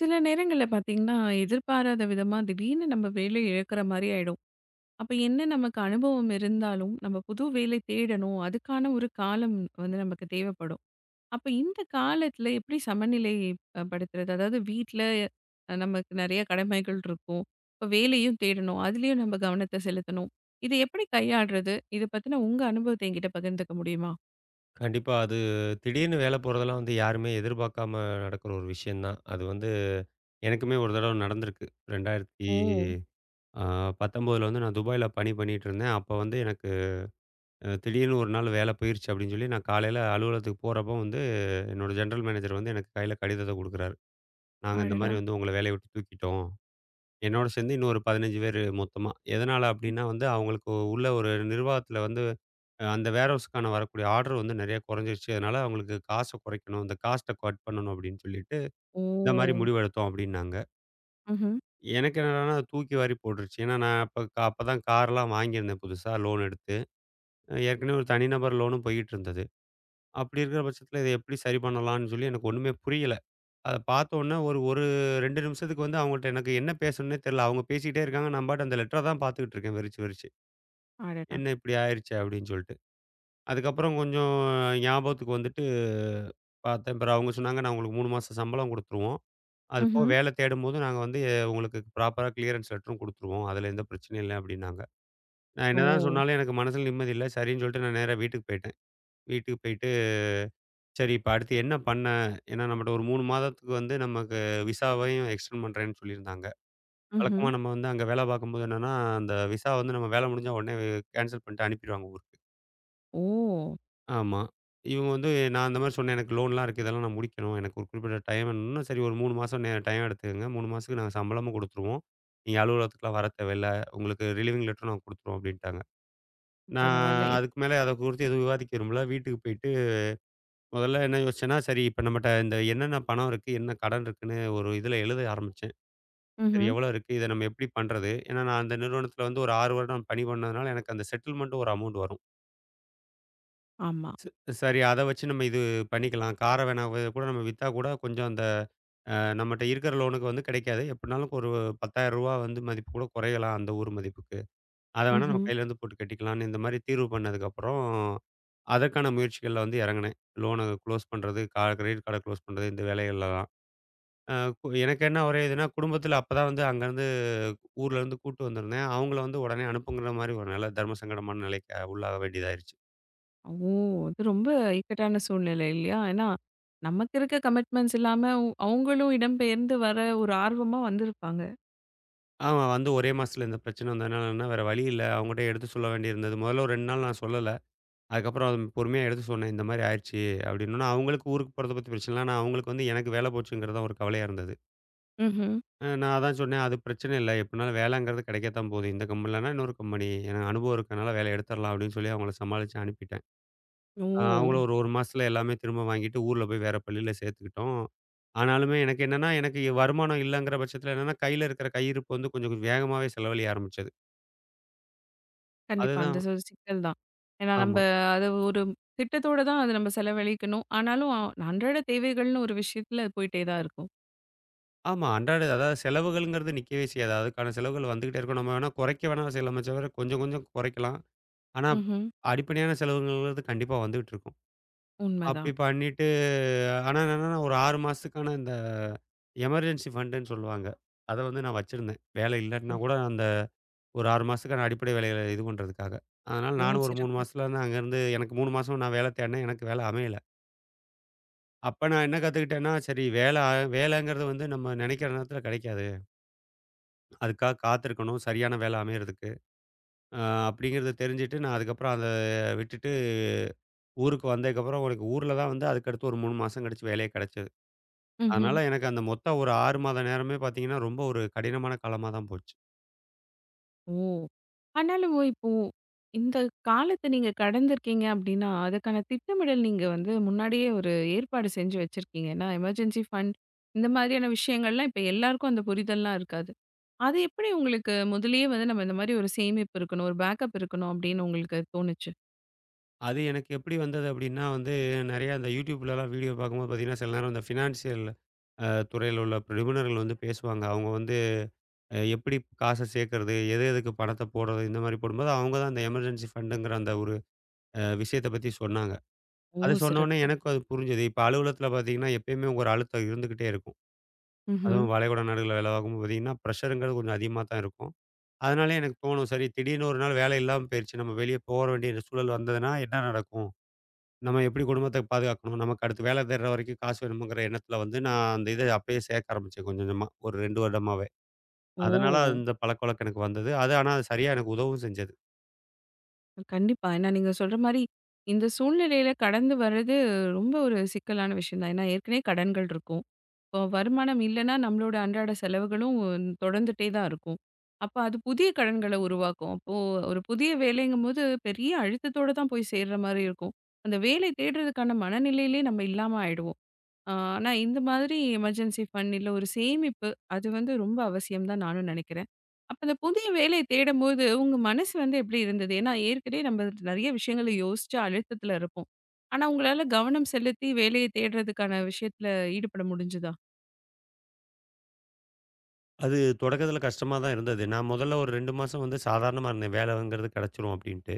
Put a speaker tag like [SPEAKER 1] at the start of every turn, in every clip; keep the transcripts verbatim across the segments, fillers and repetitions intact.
[SPEAKER 1] சில நேரங்கள்ல பார்த்தீங்கன்னா, எதிர்பாராத விதமா திடீர்னு நம்ம வேலைய இழக்கிற மாரி ஆயிடும். அப்ப என்ன நமக்கு அனுபவம் இருந்தாலும், நம்ம புது வேலை தேடணும். அதுக்கான ஒரு காலம் வந்து நமக்கு தேவைப்படும். அப்ப இந்த காலத்துல எப்படி சமநிலை அ படுத்துறது? அதாவது வீட்ல அ நமக்கு நெறைய கடமைகள் இருக்கும். இப்ப வேலையும் தேடணும். அதுலயும் நம்ம கவனத்த செலுத்தணும். இத எப்படி கையாள்றது? இத பத்தின உங்க அனுபவத்த என்கிட்ட பகிர்ந்துக்க முடியுமா?
[SPEAKER 2] கண்டிப்பா. அது திடீர்னு வேல போறதெல்லாம் வந்து யாருமே எதிர்பார்க்காம நடக்குற ஒரு விஷயம் தான். அது வந்து எனக்குமே ஒரு தடவ நடந்திருக்கு.
[SPEAKER 1] ஓ!
[SPEAKER 2] 2019ல வந்து நான் துபாய்ல பணி பண்ணிட்டு இருந்தேன். அப்ப வந்து எனக்கு அ திடீர்னு ஒரு நாள் வேல போயிருச்சு அப்டின்னு சொல்லி நான் காலையில அலுவலகத்துக்கு போறப்போ வந்து என்னோட ஜெனரல் மேனேஜர் வந்து எனக்கு கையில கடிதத்த குடுக்குறாரு. நாங்க இந்த
[SPEAKER 1] அடடா!
[SPEAKER 2] மாரி வந்து உங்கள வேலைய விட்டு தூக்கிட்டோம். என்னோட சேர்ந்து இன்னும் ஒரு பதினைந்து பேரு மொத்தமா. எதனால அப்டின்னா வந்து, அவங்களுக்கு உள்ள ஒரு நிர்வாகத்துல வந்து அ அந்த வேர்ஹவுஸ்க்கான வரக்கூடிய ஆர்டர் வந்து நெறைய குறைஞ்சிருச்சு. அதனால அவங்களுக்கு காச குறைக்கணும். இந்த காஸ்ட்ட கட் பண்ணணும் அப்டின்னு சொல்லிட்டு,
[SPEAKER 1] ஓ!
[SPEAKER 2] இந்த மாரி முடிவெடுத்தோம் அப்டின்னாங்க.
[SPEAKER 1] ம்ஹ்ம்.
[SPEAKER 2] எனக்கு என்னடான்னா அது தூக்கி வாரி போட்டுருச்சு. ஏன்னா நான் அப்ப அப்பதான் கார்லாம் வாங்கியிருந்தேன் புதுசா லோன் எடுத்து. அஹ் ஏற்கனவே ஒரு தனிநபர் லோனும் போய்க்கிட்டு இருந்தது. அப்டி இருக்கிற பட்சத்துல இத எப்டி சரி பண்ணலாம்னு சொல்லி எனக்கு ஒண்ணுமே புரியல. அத பார்த்தோன்னே ஒரு ஒரு இரண்டு நிமிஷத்துக்கு வந்து அவங்கள்ட்ட எனக்கு என்ன பேசணும்னே தெரியல. அவங்க பேசிக்கிட்டே இருக்காங்க. நான் பாட்டு அந்த லெட்டர தான் பார்த்துக்கிட்டு இருக்கேன் விரிச்சு, விரிச்சு.
[SPEAKER 1] அடடா!
[SPEAKER 2] என்ன இப்படி ஆயிருச்சே அப்படின்னு சொல்லிட்டு. அதுக்கப்புறம் கொஞ்சம் ஞாபகத்துக்கு வந்துட்டு பார்த்தேன். பிறகு அவங்க சொன்னாங்க, "நான் உங்களுக்கு மூணு மாசம் சம்பளம் குடுத்துருவோம். அது போக
[SPEAKER 1] ம்ஹ்ம்.
[SPEAKER 2] வேலை தேடும்போது நாங்க வந்து எ, உங்களுக்கு ப்ராப்பரா கிளியரன்ஸ் லெட்டரும் குடுத்துருவோம். அதுல எந்த பிரச்சனையும் இல்ல" அப்படின்னாங்க. நான்
[SPEAKER 1] ஓ!
[SPEAKER 2] என்னதான் சொன்னாலும் எனக்கு மனசுல நிம்மதி இல்ல. சரின்னு சொல்லிட்டு நான் நேரா வீட்டுக்கு போயிட்டேன். வீட்டுக்கு போயிட்டு, சரி இப்ப அடுத்து என்ன பண்ண? ஏன்னா நம்மட்ட ஒரு மூணு மாதத்துக்கு வந்து நமக்கு விசாவையும் எக்ஸ்டெண்ட் பண்றேன்னு சொல்லியிருந்தாங்க.
[SPEAKER 1] ம்ஹ்ம்.
[SPEAKER 2] வழக்கமா நம்ம வந்து அங்க வேலை பார்க்கும்போது என்னன்னா, அந்த விசா வந்து நம்ம வேலை முடிஞ்சா உடனே கேன்சல் பண்ணிட்டு அனுப்பிருவாங்க ஊருக்கு.
[SPEAKER 1] ஓ!
[SPEAKER 2] ஆமா. இவங்க வந்து நான் அந்த மாரி சொன்னேன். எனக்கு லோன்லாம் இருக்கு. இதெல்லாம் நான் முடிக்கணும். எனக்கு ஒரு குறிப்பிட்ட டைம் வேணும்னா, சரி ஒரு மூணு மாசம் நே டைம் எடுத்துக்கங்க. மூணு மாசத்துக்கு நாங்க சம்பளமும் குடுத்துருவோம். நீங்க அலுவலகத்துக்குலாம் வர தேவையில்ல. உங்களுக்கு ரிலீவிங் லெட்டரும் நாங்க குடுத்துருவோம் அப்டின்ட்டாங்க. நான்
[SPEAKER 1] பரவால்ல. இப்
[SPEAKER 2] அதுக்கு மேல அத குறித்து எதுவும் விவாதிக்க விரும்பல. வீட்டுக்கு போயிட்டு முதல்ல என்ன யோசிச்சேன்னா, சரி இப்ப நம்மட்ட இந்த என்னென்ன பணம் இருக்கு, என்ன கடன் இருக்குன்னு ஒரு இதுல எழுத ஆரம்பிச்சேன். சரி
[SPEAKER 1] ம்ஹ்ம்.
[SPEAKER 2] எவ்வளோ இருக்கு? இத நம்ம எப்படி பண்றது? ஏன்னா, நான் அந்த நிறுவனத்தில வந்து ஒரு ஆறு வருடம் பணி பண்ணதுனால, எனக்கு அந்த செட்டில்மெண்ட்ன்னு ஒரு அமௌண்ட் வரும்.
[SPEAKER 1] ஆமா.
[SPEAKER 2] சரி அத வச்சு நம்ம இது பண்ணிக்கலாம். கார வேணா வ கூட நம்ம வித்தா கூட கொஞ்சம் அந்த அ நம்மட்ட இருக்கிற லோனுக்கு வந்து கிடைக்காது. எப்படினாலும் ஒரு ரூ. பத்தாயிரம் வந்து மதிப்பு கூட குறையலாம் அந்த ஊர் மதிப்புக்கு. அத வேணா நம்ம
[SPEAKER 1] ம்ஹ்ம்.
[SPEAKER 2] கையிலேருந்து போட்டு கட்டிக்கலாம்ன்னு இந்த மாரி தீர்வு பண்ணதுக்கப்புறம், அதற்கான முயற்சிகள்ல வந்து இறங்குனேன். லோன க்ளோஸ் பண்றது, கா கிரெடிட் கார்ட க்ளோஸ் பண்றது இந்த வேலைகள்ல தான். அ கு எனக்கு என்ன ஒரே இதுன்னா, குடும்பத்தில அப்பதான் வந்து அங்கருந்து ஊர்லருந்து கூட்டு வந்திருந்தேன். அவங்கள வந்து உடனே அனுப்புங்கிற மாரி ஒரு நிலை, தர்ம சங்கடமான நிலைக்கு உள்ளாக வேண்டியதாயிருச்சு.
[SPEAKER 1] ஓ! இது ரொம்ப இக்கட்டான சூழ்நிலை இல்லையா? ஏன்னா, நமக்கு இருக்க கமிட்மெண்ட்ஸ் இல்லாம அவ் அவங்களும் இடம்பெயர்ந்து வர ஒரு ஆர்வமா வந்திருப்பாங்க.
[SPEAKER 2] அவன் வந்து ஒரே மாசத்துல இந்த பிரச்சனை வந்ததுனால என்ன வேற வழி இல்ல. அவங்ககிட்ட எடுத்து சொல்ல வேண்டியிருந்தது. முதல்ல ஒரு ரெண்டு நாள் நான் சொல்லல. அதுக்கப்புறம் அது பொறுமையா எடுத்து சொன்னேன். இந்த மாரி ஆயிருச்சு அப்படின்னோன, அவங்களுக்கு ஊருக்கு போறத பத்தி பிரச்சனை இல்ல. ஆனா அவங்களுக்கு வந்து எனக்கு வேலை போச்சுங்கிறது தான் ஒரு கவலையா இருந்தது.
[SPEAKER 1] ம்ஹ்ம்.
[SPEAKER 2] அ நான் அதான் சொன்னேன், "அது பிரச்சனை இல்ல. எப்படினாலும் வேலைங்கிறது கிடைக்கத்தான் போகுது. இந்த கம்பெனிலனா இன்னொரு கம்பெனி. எனக்கு அனுபவம் இருக்கனால வேலைய எடுத்துறலாம்" அப்படின்னு சொல்லி அவங்கள சமாளிச்சு அனுப்பிட்டேன்.
[SPEAKER 1] ஓ!
[SPEAKER 2] அ அவங்களும் ஒரு 1 மாசத்துல எல்லாமே திரும்ப வாங்கிட்டு, ஊர்ல போய் வேற பள்ளியில சேர்த்துக்கிட்டோம். ஆனாலுமே எனக்கு என்னன்னா, எனக்கு வருமானம் இல்லங்கிற பட்சத்துல என்னன்னா, கையில இருக்கிற கையிருப்பு வந்து கொஞ்சம் கொஞ்சம் வேகமாவே செலவழிய ஆரம்பிச்சது.
[SPEAKER 1] கண்டிப்பா. அந்த
[SPEAKER 2] அதுதான்
[SPEAKER 1] ஒரு சிக்கல் தான். ஏன்னா நம்ப
[SPEAKER 2] ஆமா.
[SPEAKER 1] அத ஒரு திட்டத்தோட தான் அத நம்ம செலவழிக்கணும். ஆனாலும் அன்றாட தேவைகள்னு ஒரு விஷயத்துல அது போயிட்டே தான் இருக்கும்.
[SPEAKER 2] ஆமா. அன்றாட அதாவது செலவுகள்ங்கிறது நிக்கவே செய்யாது. அதுக்கான செலவுகள் வந்துகிட்டே இருக்கும். நம்ம வேணா குறைக்க வேணா செய்யலாமே தவிர, கொஞ்சம் கொஞ்சம் குறைக்கலாம். ஆனா,
[SPEAKER 1] ம்ஹ்ம்.
[SPEAKER 2] அடிப்படையான செலவுகள்ங்கிறது கண்டிப்பா வந்துகிட்டு இருக்கும். அப்படி
[SPEAKER 1] உண்மதான்.
[SPEAKER 2] பண்ணிட்டு ஆனா என்னன்னா, ஒரு ஆறு மாசத்துக்கான இந்த எமர்ஜென்சி ஃபண்டுன்னு சொல்லுவாங்க. அத வந்து நான் வச்சிருந்தேன். வேலை
[SPEAKER 1] ஓ!
[SPEAKER 2] இல்லாட்டினா கூட அந்த ஒரு ஆறு மாசத்துக்கான அடிப்படை வேலைகள இது பண்றதுக்காக. அதனால
[SPEAKER 1] ஓ!
[SPEAKER 2] நானும் ஒரு மூணு
[SPEAKER 1] சிறப்பு.
[SPEAKER 2] மாசத்துல வந்து அங்கேருந்து எனக்கு மூணு மாசம் நான் வேலை தேடினேன். எனக்கு வேலை அமையல. அப்ப நான் என்ன கத்துக்கிட்டேன்னா, சரி வேலை அ வேலைங்கிறது வந்து நம்ம நெனைக்கிற நேரத்துல கெடைக்காது. அதுக்காக காத்திருக்கணும், சரியான வேலை அமையறதுக்கு. அ அப்படிங்கிறத தெரிஞ்சுட்டு நான் அதுக்கப்புறம் அத விட்டுட்டு ஊருக்கு வந்ததுக்கப்புறம் எனக்கு ஊர்ல தான் வந்து அதுக்கடுத்து ஒரு மூணு மாசம் கழிச்சு வேலையே கெடைச்சது.
[SPEAKER 1] ம்ஹ்ம்.
[SPEAKER 2] அதனால எனக்கு அந்த மொத்த ஒரு ஆறு மாத நேரமே பார்த்தீங்கன்னா, ரொம்ப ஒரு கடினமான காலமா தான் போச்சு.
[SPEAKER 1] ஓ! ஆனாலும் இப்போ இந்த காலத்த நீங்க கடந்திருக்கீங்க அப்டின்னா, அதுக்கான திட்டமிடல் நீங்க வந்து முன்னாடியே ஒரு ஏற்பாடு செஞ்சு வச்சிருக்கீங்க. ஏன்னா எமர்ஜென்சி ஃபண்ட் இந்த மாதிரியான விஷயங்கள்லாம் இப்ப எல்லாருக்கும் அந்த புரிதல்லாம் இருக்காது. அது எப்படி உங்களுக்கு முதலயே வந்து நம்ம இந்த மாரி ஒரு சேமிப்பு இருக்கணும், ஒரு பேக்கப் இருக்கணும் அப்டின்னு உங்களுக்கு தோணுச்சு?
[SPEAKER 2] அது எனக்கு எப்படி வந்தது அப்படின்னா வந்து, நெறையா இந்த YouTubeலலாம் வீடியோ பார்க்கும்போது பார்த்தீங்கன்னா, சில நேரம் இந்த ஃபினான்ஷியல் அ துறையில உள்ள நிபுணர்கள் வந்து பேசுவாங்க. அவங்க வந்து அ எப்படி காச சேர்க்கறது? எது எதுக்கு பணத்த போடுறது? இந்த மாரி போடும்போது, அவங்க தான் அந்த எமர்ஜென்சி ஃபண்டுங்கிற அந்த ஒரு அ விஷயத்த பத்தி சொன்னாங்க.
[SPEAKER 1] ஓ!
[SPEAKER 2] அத சொன்னோனே
[SPEAKER 1] சிறப்பு.
[SPEAKER 2] எனக்கும் அது புரிஞ்சது. இப்ப அலுவலகத்தில பார்த்தீங்கன்னா, எப்பயுமே ஒரு அழுத்தம் இருந்துகிட்டே இருக்கும்.
[SPEAKER 1] ம்ஹ்ம்.
[SPEAKER 2] அதுவும் வளைகுடா நாடுகள்ல வேலை பார்க்கும்போது பார்த்தீங்கன்னா, ப்ரெஷருங்கிறது கொஞ்சம் அதிகமா தான் இருக்கும். அதனாலயே எனக்கு தோணும், சரி திடீர்னு ஒரு நாள் வேலை இல்லாம போயிருச்சு. நம்ம வெளிய போற வேண்டிய சூழல் வந்ததுன்னா என்ன நடக்கும்? நம்ம எப்படி குடும்பத்த பாதுகாக்கணும்? நமக்கு அடுத்து வேலை தேடுற வரைக்கும் காசு வேணுமேங்கிற எண்ணத்தில வந்து, நான் அந்த இத அப்பயே சேர்க்க ஆரம்பிச்சேன் கொஞ்சம் கொஞ்சமா. ஒரு ரெண்டு வருடமாவே.
[SPEAKER 1] ஓ!
[SPEAKER 2] அதனால அந்த பழக்கவழக்கம் எனக்கு வந்தது. அது ஆனா அது சரியா எனக்கு உதவும் செஞ்சது.
[SPEAKER 1] கண்டிப்பா. ஏன்னா நீங்க சொல்ற மாரி இந்த சூழ்நிலையில கடந்து வர்றது ரொம்ப ஒரு சிக்கலான விஷயம் தான். ஏன்னா ஏற்கனவே கடன்கள் இருக்கும். இப்போ வருமானம் இல்லைன்னா நம்மளோட அன்றாட செலவுகளும் தொடர்ந்துட்டே தான் இருக்கும். அப்ப அது புதிய கடன்கள உருவாக்கும். அப்போ ஒரு புதிய வேலைங்கும்போது பெரிய அழுத்தத்தோட தான் போய் சேர்ற மாரி இருக்கும். அந்த வேலை தேடுறதுக்கான மனநிலையிலே நம்ம இல்லாம ஆயிடுவோம். ஆ ஆனா இந்த மாதிரி எமர்ஜென்சி ஃபண்ட் இல்ல ஒரு சேமிப்பு அது வந்து ரொம்ப அவசியம் தான் நானும் நினைக்கிறேன். அப்ப அந்த புதிய வேலைய தேடும்போது உங்க மனசு வந்து எப்படி இருந்தது? ஏன்னா ஏற்கனவே நம்ம நெறைய விஷயங்கள யோசிச்சு அழுத்தத்துல இருப்போம். ஆனா உங்களால கவனம் செலுத்தி வேலைய தேடுறதுக்கான விஷயத்துல ஈடுபட முடிஞ்சதா?
[SPEAKER 2] அது தொடக்கத்தில கஷ்டமா தான் இருந்தது. நான் முதல்ல ஒரு ரெண்டு மாசம் வந்து சாதாரணமா இருந்தேன். வேலைங்கிறது கிடைச்சிரும் அப்படின்ட்டு.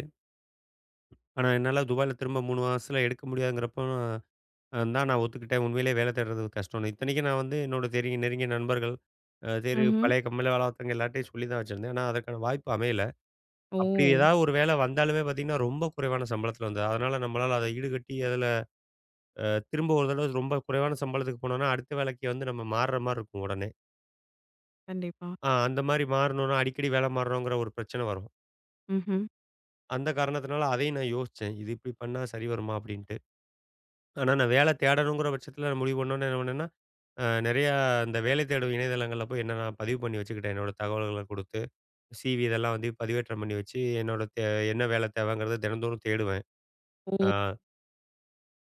[SPEAKER 2] ஆனா என்னால துபாயில திரும்ப மூணு மாசத்தில எடுக்க முடியாதுங்கிறப்போ தான் நான் ஒத்துக்கிட்டேன். உண்மையிலேயே வேலை தேடுறது கஷ்டம்ன்னு. இத்தனைக்கும் நான் வந்து என்னோட தெரி நெருங்கிய நண்பர்கள், அ தெரி
[SPEAKER 1] ம்ஹ்ம்.
[SPEAKER 2] பழைய கம்பெனியில வேலை பார்த்தவங்க எல்லார்ட்டயும் சொல்லி தான் வச்சிருந்தேன். ஆனா அதற்கான வாய்ப்பு அமையல.
[SPEAKER 1] ஓ!
[SPEAKER 2] அப்படி ஏதாவது ஒரு வேலை வந்தாலுமே பார்த்தீங்கன்னா, ரொம்ப குறைவான சம்பளத்தில வந்தது. அதனால நம்மளால அத ஈடுகட்டி அதில அ திரும்ப ஒரு தடவ ரொம்ப குறைவான சம்பளத்துக்கு போனோம்னா, அடுத்த வேலைக்கு வந்து நம்ம மாறுற மாரி இருக்கும் உடனே.
[SPEAKER 1] கண்டிப்பா.
[SPEAKER 2] ஆ அந்த மாரி மாறணும்னா அடிக்கடி வேலை மாறணுங்கிற ஒரு பிரச்சனை வரும்.
[SPEAKER 1] ம்ஹ்ம்.
[SPEAKER 2] அந்த காரணத்தினால அதையும் நான் யோசிச்சேன். இது இப்படி பண்ணா சரி வருமா அப்படின்ட்டு. ஆனா நான் வேலை தேடணுங்கிற பட்சத்தில நான் முடிவு பண்ணோனே என்ன பண்ணேன்னா, அ நெறையா இந்த வேலை தேடும் இணையதளங்கள்ல போய் என்ன நான் பதிவு பண்ணி வச்சுக்கிட்டேன். என்னோட தகவல்கள குடுத்து, சிவி இதெல்லாம் வந்து பதிவேற்றம் பண்ணி வச்சு, என்னோட தே என்ன வேலை தேவைங்கிறத தினந்தோறும் தேடுவேன்.
[SPEAKER 1] ஓ!
[SPEAKER 2] ஆ.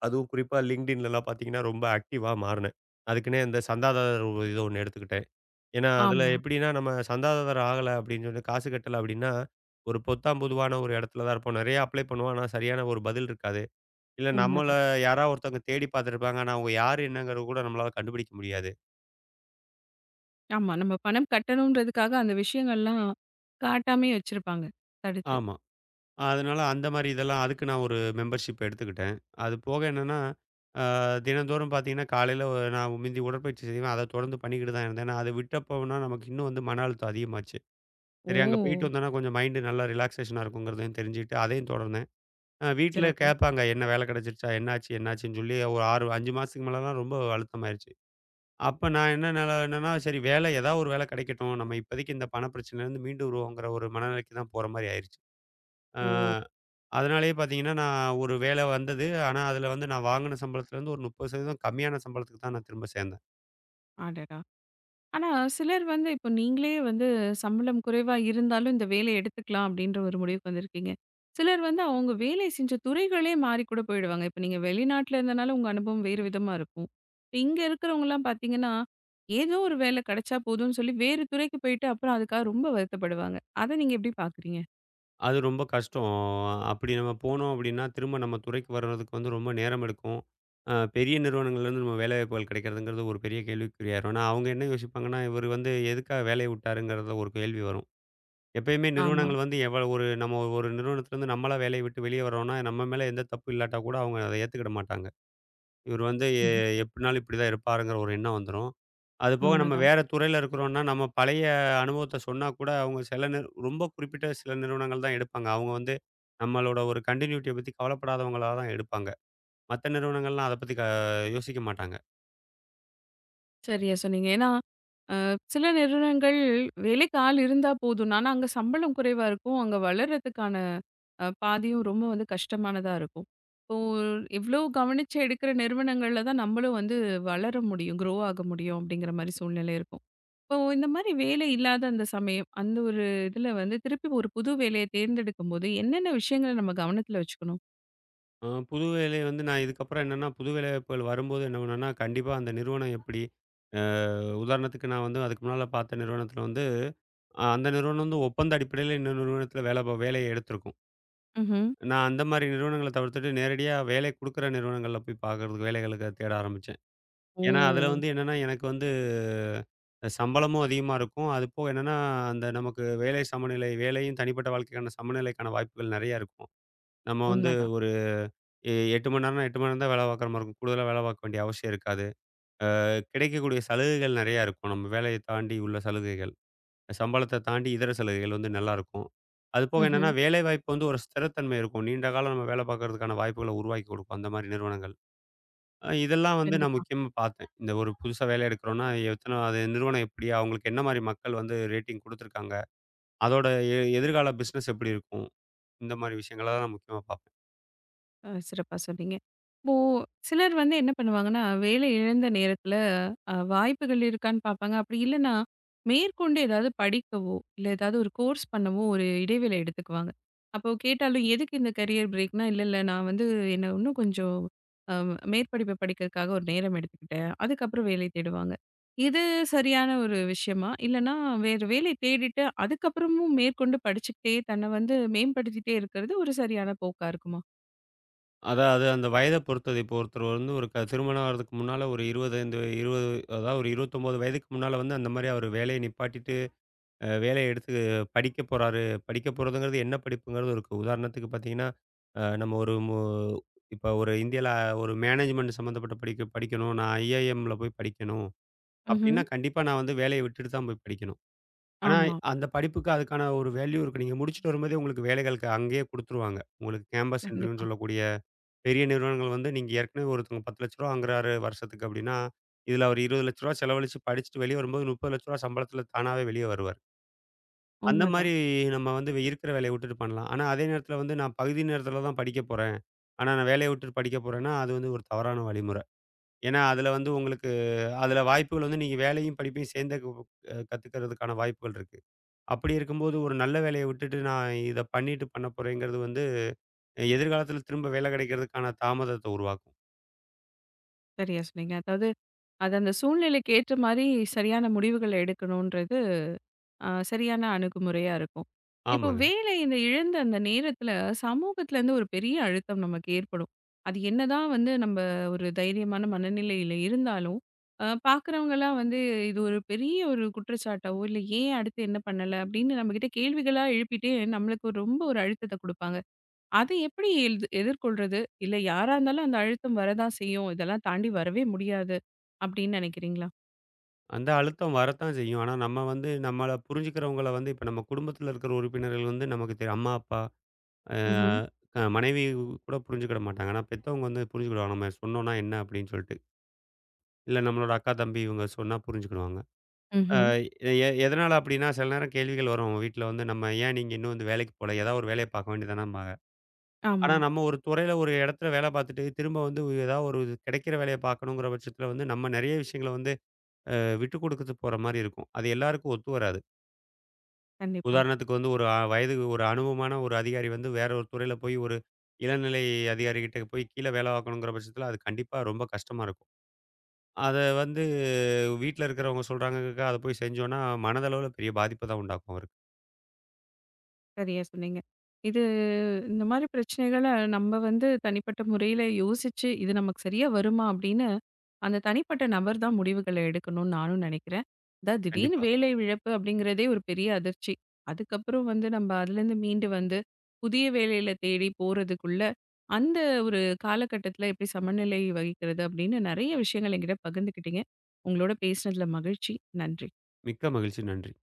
[SPEAKER 2] அதுவும் குறிப்பா LinkedInலலாம் பார்த்தீங்கன்னா, ரொம்ப ஆக்டிவா மாறுனேன். அதுக்குன்னே இந்த சந்தாதாரர் ஒரு இத ஒண்ணு எடுத்துக்கிட்டேன். ஏன்னா, அதுல
[SPEAKER 1] ஆமா.
[SPEAKER 2] எப்படின்னா நம்ம சந்தாதாரர் ஆகல அப்படின்னு சொல்லி காசு கட்டல அப்படின்னா, ஒரு பொத்தாம் பொதுவான ஒரு இடத்துல தான் இருப்போம். நெறைய அப்ளை பண்ணுவோம். ஆனா, சரியான ஒரு பதில் இருக்காது. இல்ல நம்மள
[SPEAKER 1] உண்மதான்.
[SPEAKER 2] யாராவது ஒருத்தவங்க தேடி பார்த்துருப்பாங்க. ஆனா, அவங்க யாரு என்னங்கிறது கூட நம்மளால கண்டுபிடிக்க முடியாது.
[SPEAKER 1] ஆமா. நம்ம பணம் கட்டணும்ன்றதுக்காக அந்த விஷயங்கள்லாம் காட்டாமயே வச்சிருப்பாங்க. தடுத்து.
[SPEAKER 2] ஆமா. அதனால அந்த மாரி இதெல்லாம் அதுக்கு நான் ஒரு மெம்பர்ஷிப் எடுத்துக்கிட்டேன். அது போக என்னன்னா, அ தினந்தோறும் பார்த்தீங்கன்னா, காலையில ஒ நான் முந்தி உடற்பயிற்சி செய்வேன். அத தொடர்ந்து பண்ணிக்கிட்டு தான் இருந்தேன். நான் அத விட்டப்போனா நமக்கு இன்னும் வந்து மன அழுத்தம் அதிகமாச்சு. சரி அங்க போயிட்டு
[SPEAKER 1] ஓ!
[SPEAKER 2] வந்தோம்னா கொஞ்சம் மைண்டு நல்லா ரிலாக்சேஷனா இருக்குங்கிறதையும் தெரிஞ்சுக்கிட்டு, அதையும் தொடர்ந்தேன். அ வீட்ல
[SPEAKER 1] சிறப்பு.
[SPEAKER 2] கேட்பாங்க, "என்ன வேலை கிடைச்சிருச்சா? என்னாச்சு? என்னாச்சுன்னு?" சொல்லி ஒரு ஆறு, அஞ்சு மாசத்துக்கு மேலலாம் ரொம்ப அழுத்தமாயிருச்சு. அப்ப நான் என்ன நெல என்னன்னா, சரி வேலை ஏதாவது ஒரு வேலை கிடைக்கட்டும். நம்ம இப்போதைக்கு இந்த பண பிரச்சனையிலேருந்து மீண்டு வருவோங்கிற ஒரு மனநிலைக்கு தான் போற மாரி ஆயிருச்சு. ஆ.
[SPEAKER 1] ஓ!
[SPEAKER 2] அதனாலேயே பார்த்தீங்கன்னா, நான் ஒரு வேலை வந்தது. ஆனா, அதில வந்து நான் வாங்குன சம்பளத்துலேருந்து ஒரு முப்பது சதவீதம் கம்மியான சம்பளத்துக்கு தான் நான் திரும்ப சேர்ந்தேன்.
[SPEAKER 1] அடடா! ஆனா, சிலர் வந்து இப்போ நீங்களே வந்து சம்பளம் குறைவா இருந்தாலும், இந்த வேலைய எடுத்துக்கலாம் அப்படின்ற ஒரு முடிவுக்கு வந்திருக்கீங்க. சிலர் வந்து அவங்க வேலை செஞ்ச துறைகளே மாறி கூட போயிடுவாங்க. இப்ப நீங்க வெளிநாட்ல இருந்தனால உங்க அனுபவம் வேறு விதமா இருக்கும். இப்ப இங்க இருக்கிறவங்கலாம் பார்த்தீங்கன்னா, ஏதோ ஒரு வேலை கிடைச்சா போதும்னு சொல்லி வேறு துறைக்கு போயிட்டு, அப்புறம் அதுக்காக ரொம்ப வருத்தப்படுவாங்க. அத நீங்க எப்படி பார்க்குறீங்க?
[SPEAKER 2] அது ரொம்ப கஷ்டம். அப்படி நம்ம போனோம் அப்படின்னா, திரும்ப நம்ம துறைக்கு வர்றதுக்கு வந்து ரொம்ப நேரம் எடுக்கும். அ பெரிய நிறுவனங்கள்லேருந்து நம்ம வேலைவாய்ப்புகள் கிடைக்கிறதுங்கிறது ஒரு பெரிய கேள்விக்குறியாயிரும். ஆனா, அவங்க என்ன யோசிப்பாங்கன்னா, இவரு வந்து எதுக்காக வேலைய விட்டாருங்கிறத ஒரு கேள்வி வரும். எப்பயுமே
[SPEAKER 1] ஆமா.
[SPEAKER 2] நிறுவனங்கள் வந்து எவ்வளோ ஒரு நம்ம ஒரு நிறுவனத்திலேருந்து நம்மளா வேலைய விட்டு வெளியே வரோம்னா, நம்ம மேல எந்த தப்பு இல்லாட்டா கூட அவங்க அத ஏத்துக்கிட மாட்டாங்க. இவர் வந்து எ
[SPEAKER 1] ம்ஹ்ம்.
[SPEAKER 2] எப்படினாலும் இப்படிதான் இருப்பாருங்கிற ஒரு எண்ணம் வந்துரும். அதுபோக நம்ம
[SPEAKER 1] உண்மதான்.
[SPEAKER 2] வேற துறையில இருக்கிறோம்னா, நம்ம பழைய அனுபவத்த சொன்னா கூட அவங்க சில நிறு ரொம்ப குறிப்பிட்ட சில நிறுவனங்கள் தான் எடுப்பாங்க. அவங்க வந்து நம்மளோட ஒரு கன்டினியூட்டிய பத்தி கவலைப்படாதவங்களா தான் எடுப்பாங்க. மத்த நிறுவனங்கள்லாம் அத பத்தி க யோசிக்க மாட்டாங்க.
[SPEAKER 1] சரியா சொன்னீங்க. ஏன்னா சில நிறுவனங்கள் வேலைக்கு ஆள் இருந்தா போதும். ஆனா அங்க சம்பளம் குறைவா இருக்கும். அங்க வளர்றதுக்கான அ பாதையும் ரொம்ப வந்து கஷ்டமானதா இருக்கும். இப்போ இவ்ளோ கவனிச்சு எடுக்கிற நிறுவனங்கள்ல தான் நம்மளும் வந்து வளர முடியும், க்ரோ ஆக முடியும் அப்படிங்கிற மாரி சூழ்நிலை இருக்கும். இப்போ இந்த மாரி வேலை இல்லாத அந்த சமயம், அந்த ஒரு இதுல வந்து திருப்பி ஒரு புது வேலைய தேர்ந்தெடுக்கும்போது என்னென்ன விஷயங்கள நம்ம கவனத்துல வச்சுக்கணும்?
[SPEAKER 2] அ புது வேலை வந்து நான் இதுக்கப்புறம் என்னன்னா, புது வேலைவாய்ப்புகள் வரும்போது என்ன பண்ணுவேன்னா, கண்டிப்பா அந்த நிறுவனம் எப்படி அ உதாரணத்துக்கு நான் வந்து அதுக்கு முன்னால பார்த்த நிறுவனத்தில வந்து, அஹ் அந்த நிறுவனம் வந்து ஒப்பந்த அடிப்படையில இன்னொரு நிறுவனத்தில வேலை ப வேலைய எடுத்திருக்கும்.
[SPEAKER 1] ம்ஹ்ம்.
[SPEAKER 2] நான் அந்த மாரி நிறுவனங்கள தவிர்த்துட்டு, நேரடியா வேலை குடுக்குற நிறுவனங்கள்ல போய் பார்க்கறதுக்கு வேலைகளுக்கு தேட ஆரம்பிச்சேன்.
[SPEAKER 1] ஓ!
[SPEAKER 2] ஏன்னா, அதுல வந்து என்னன்னா, எனக்கு வந்து சம்பளமும் அதிகமா இருக்கும். அதுபோக என்னன்னா, அந்த நமக்கு வேலை சமநிலை வேலையும் தனிப்பட்ட வாழ்க்கைக்கான சமநிலைக்கான வாய்ப்புகள் நெறைய இருக்கும். நம்ம வந்து
[SPEAKER 1] உண்மதான்.
[SPEAKER 2] ஒரு எ எட்டு மணி நேரம்னா எட்டு மணி நேரம் தான் வேலை பார்க்குற மாரி இருக்கும். கூடுதலா வேலை பார்க்க வேண்டிய அவசியம் இருக்காது. அ கிடைக்கக்கூடிய சலுகைகள் நெறையா இருக்கும். நம்ம வேலைய தாண்டி உள்ள சலுகைகள். சம்பளத்த தாண்டி இதர சலுகைகள் வந்து நல்லாருக்கும். அதுபோக என்னன்னா,
[SPEAKER 1] ம்ஹ்ம்.
[SPEAKER 2] வேலைவாய்ப்பு வந்து ஒரு ஸ்திரத்தன்மை இருக்கும். நீண்ட காலம் நம்ம வேலை பார்க்கறதுக்கான வாய்ப்புகள உருவாக்கி குடுக்கும், அந்த மாரி நிறுவனங்கள். அ இதெல்லாம் வந்து நான்
[SPEAKER 1] கண்டிப்பா.
[SPEAKER 2] முக்கியமா பார்த்தேன். இந்த ஒரு புதுசா வேலை எடுக்கிறோம்னா, எத்தன அது நிறுவனம் எப்படி? அவங்களுக்கு என்ன மாரி மக்கள் வந்து ரேட்டிங் குடுத்துருக்காங்க? அதோட எ எதிர்கால பிசினஸ் எப்படி இருக்கும்? இந்த மாரி விஷயங்கள தான் நான் முக்கியமா பார்ப்பேன்.
[SPEAKER 1] அ சிறப்பா சொன்னீங்க. இப்போ சிலர் வந்து என்ன பண்ணுவாங்கன்னா, வேலை இழந்த நேரத்தில அ வாய்ப்புகள் இருக்கான்னு பார்ப்பாங்க. அப்படி இல்லன்னா, மேற்கொண்டு ஏதாவது படிக்கவோ, இல்ல ஏதாவது ஒரு கோர்ஸ் பண்ணவோ ஒரு இடைவேளை எடுத்துக்குவாங்க. அப்போ கேட்டாலும் எதுக்கு இந்த கரியர் பிரேக்னா, "இல்ல, இல்ல நான் வந்து என்ன இன்னும் கொஞ்சம் அ மேற்படிப்பு படிக்கிறதுக்காக ஒரு நேரம் எடுத்துக்கிட்டேன். அதுக்கப்புறம் வேலை தேடுவாங்க." இது சரியான ஒரு விஷயமா? இல்லன்னா வேற வேலை தேடிட்டு அதுக்கப்புறமும் மேற்கொண்டு படிச்சுக்கிட்டே தன்னை வந்து மேம்படுத்திட்டே இருக்கிறது ஒரு சரியான போக்கா இருக்குமா?
[SPEAKER 2] அதாவது அந்த வயத பொறுத்தது. இப்போ ஒருத்தர் வந்து ஒரு க திருமணம் ஆகுறதுக்கு முன்னால ஒரு இருபத்தி ஐந்து இருபது அதாவது ஒரு இருபத்தி ஒன்பது வயதுக்கு முன்னால வந்து அந்த மாரி அவர் வேலையை நிப்பாட்டி அ வேலைய எடுத்து படிக்க போறாரு. படிக்க போறதுங்கிறது என்ன படிப்புங்கிறது இருக்கு. உதாரணத்துக்கு பார்த்தீங்கன்னா, அ நம்ம ஒரு மு இப்ப ஒரு இந்தியால ஒரு மேனேஜ்மெண்ட் சம்மந்தப்பட்ட படிக்க படிக்கணும். நான் ஐஐஎம்ல போய் படிக்கணும்.
[SPEAKER 1] ம்ஹ்ம்.
[SPEAKER 2] அப்படின்னா, கண்டிப்பா நான் வந்து வேலைய விட்டுட்டு தான் போய் படிக்கணும். ஆனா,
[SPEAKER 1] ஆமா.
[SPEAKER 2] அந்த படிப்புக்கு அதுக்கான ஒரு வேல்யூ இருக்கு. நீங்க முடிச்சுட்டு வரும்போதே உங்களுக்கு வேலைகளுக்கு அங்கேயே குடுத்துருவாங்க. உங்களுக்கு கேம்பஸ் இன்டர்வியூன்னு
[SPEAKER 1] கண்டிப்பா.
[SPEAKER 2] சொல்லக்கூடிய பெரிய நிறுவனங்கள் வந்து நீங்க ஏற்கனவே ஒருத்தவங்க ரூ. பத்து லட்சம் வாங்குறாரு வருஷத்துக்கு அப்படின்னா, இதுல அவர் ரூ. இருபது லட்சம் செலவழிச்சு படிச்சுட்டு வெளிய வரும்போது ரூ. முப்பது லட்சம் சம்பளத்துல தானாவே வெளிய வருவாரு. அந்த மாரி
[SPEAKER 1] உண்மதான்.
[SPEAKER 2] நம்ம வந்து இருக்கிற வேலைய விட்டுட்டு பண்ணலாம். ஆனா, அதே நேரத்தில வந்து நான் பகுதி நேரத்தில தான் படிக்க போறேன். ஆனா, நான் வேலைய விட்டுட்டு படிக்க போறேன்னா, அது வந்து ஒரு தவறான வழிமுறை. ஏன்னா, அதில வந்து உங்களுக்கு அதில வாய்ப்புகள் வந்து நீங்க வேலையும், படிப்பையும் சேர்ந்தே கு அ கத்துக்கிறதுக்கான வாய்ப்புகள் இருக்கு. அப்படி இருக்கும்போது ஒரு நல்ல வேலைய விட்டுட்டு நான் இத பண்ணிட்டு பண்ண போறேங்கிறது வந்து எதிர்காலத்தில திரும்ப வேலை கிடைக்கிறதுக்கான தாமதத்த உருவாக்கும்.
[SPEAKER 1] சரியா சொன்னீங்க. அதாவது, அது அந்த சூழ்நிலைக்கு ஏற்ற மாரி சரியான முடிவுகள எடுக்கணுன்றது, அ சரியான அணுகுமுறையா இருக்கும். இப்போ
[SPEAKER 2] ஆமாங்க.
[SPEAKER 1] வேலை இந்த இழந்த அந்த நேரத்தில, சமூகத்திலேருந்து ஒரு பெரிய அழுத்தம் நமக்கு ஏற்படும். அது என்னதான் வந்து நம்ம ஒரு தைரியமான மனநிலையில இருந்தாலும், அ பார்க்குறவங்கலாம் வந்து இது ஒரு பெரிய ஒரு குற்றச்சாட்டாவோ, இல்ல ஏன் அடுத்து என்ன பண்ணல? அப்படின்னு நம்மகிட்ட கேள்விகளா எழுப்பிட்டே, நம்மளுக்கு ரொம்ப ஒரு அழுத்தத்த குடுப்பாங்க. அது எப்படி எல்து எதிர்கொள்றது? இல்ல யாரா இருந்தாலும் அந்த அழுத்தம் வரதான் செய்யும். இதெல்லாம் தாண்டி வரவே முடியாது அப்படின்னு நினைக்கிறீங்களா?
[SPEAKER 2] அந்த அழுத்தம் வரத்தான் செய்யும். ஆனா, நம்ம வந்து நம்மள புரிஞ்சுக்கிறவங்கள வந்து இப்ப நம்ம குடும்பத்தில இருக்கிற உறுப்பினர்கள் வந்து நமக்கு தெ அம்மா, அப்பா அ
[SPEAKER 1] ம்ஹ்ம்.
[SPEAKER 2] அ மனைவி கூட புரிஞ்சுக்கிட மாட்டாங்க. ஆனா, பெத்தவங்க வந்து புரிஞ்சுக்கிடுவாங்க. நம்ம சொன்னோம்னா என்ன அப்படின்னு சொல்லிட்டு. இல்ல நம்மளோட அக்கா, தம்பி இவங்க சொன்னா புரிஞ்சுக்கிடுவாங்க. அ
[SPEAKER 1] ம்ஹ்ம்.
[SPEAKER 2] எ எதனால அப்படின்னா, சில நேரம் கேள்விகள் வரும். வீட்ல வந்து நம்ம ஏன் நீங்க இன்னும் வந்து வேலைக்கு போல? ஏதாவது ஒரு வேலைய பார்க்க வேண்டியதுதானம்பாங்க. ஆனா,
[SPEAKER 1] ஆமா.
[SPEAKER 2] நம்ம ஒரு துறையில ஒரு இடத்துல வேலை பார்த்துட்டு, திரும்ப வந்து ஏதாவது ஒரு கிடைக்கிற வேலைய பார்க்கணுங்கிற பட்சத்துல வந்து, நம்ம நெறைய விஷயங்கள வந்து அ விட்டு குடுக்கத்து போற மாரி இருக்கும். அது எல்லாருக்கும் ஒத்து வராது.
[SPEAKER 1] கண்டிப்பா.
[SPEAKER 2] உதாரணத்துக்கு வந்து ஒரு அ வயதுக்கு ஒரு அனுபவமான ஒரு அதிகாரி வந்து வேற ஒரு துறையில போய் ஒரு இளநிலை அதிகாரிகிட்ட போய் கீழ வேலை பார்க்கணுங்கிற பட்சத்தில அது கண்டிப்பா ரொம்ப கஷ்டமா இருக்கும். அத வந்து வீட்ல இருக்கிறவங்க சொல்றாங்கக்காக அத போய் செஞ்சோம்னா, மனதளவுல பெரிய பாதிப்ப தான் உண்டாக்கும் அவருக்கு.
[SPEAKER 1] சரியா சொன்னீங்க. இது இந்த மாரி பிரச்சனைகள நம்ம வந்து தனிப்பட்ட முறையில யோசிச்சு, இது நமக்கு சரியா வருமா? அப்படின்னு, அந்த தனிப்பட்ட நபர் தான் முடிவுகள எடுக்கணும்னு நானும் நினைக்கிறேன். அதான் திடீர்னு
[SPEAKER 2] கண்டிப்பா.
[SPEAKER 1] வேலை இழப்பு அப்படிங்கிறதே ஒரு பெரிய அதிர்ச்சி. அதுக்கப்புறம் வந்து நம்ம அதுலேருந்து மீண்டு வந்து, புதிய வேலையில தேடி போறதுக்குள்ள, அந்த ஒரு காலகட்டத்தில எப்படி சமநிலை வகிக்கிறது அப்படின்னு, நெறைய விஷயங்கள் என்கிட்ட பகிர்ந்துக்கிட்டீங்க. உங்களோட பேசினதில மகிழ்ச்சி. நன்றி.
[SPEAKER 2] மிக்க மகிழ்ச்சி. நன்றி.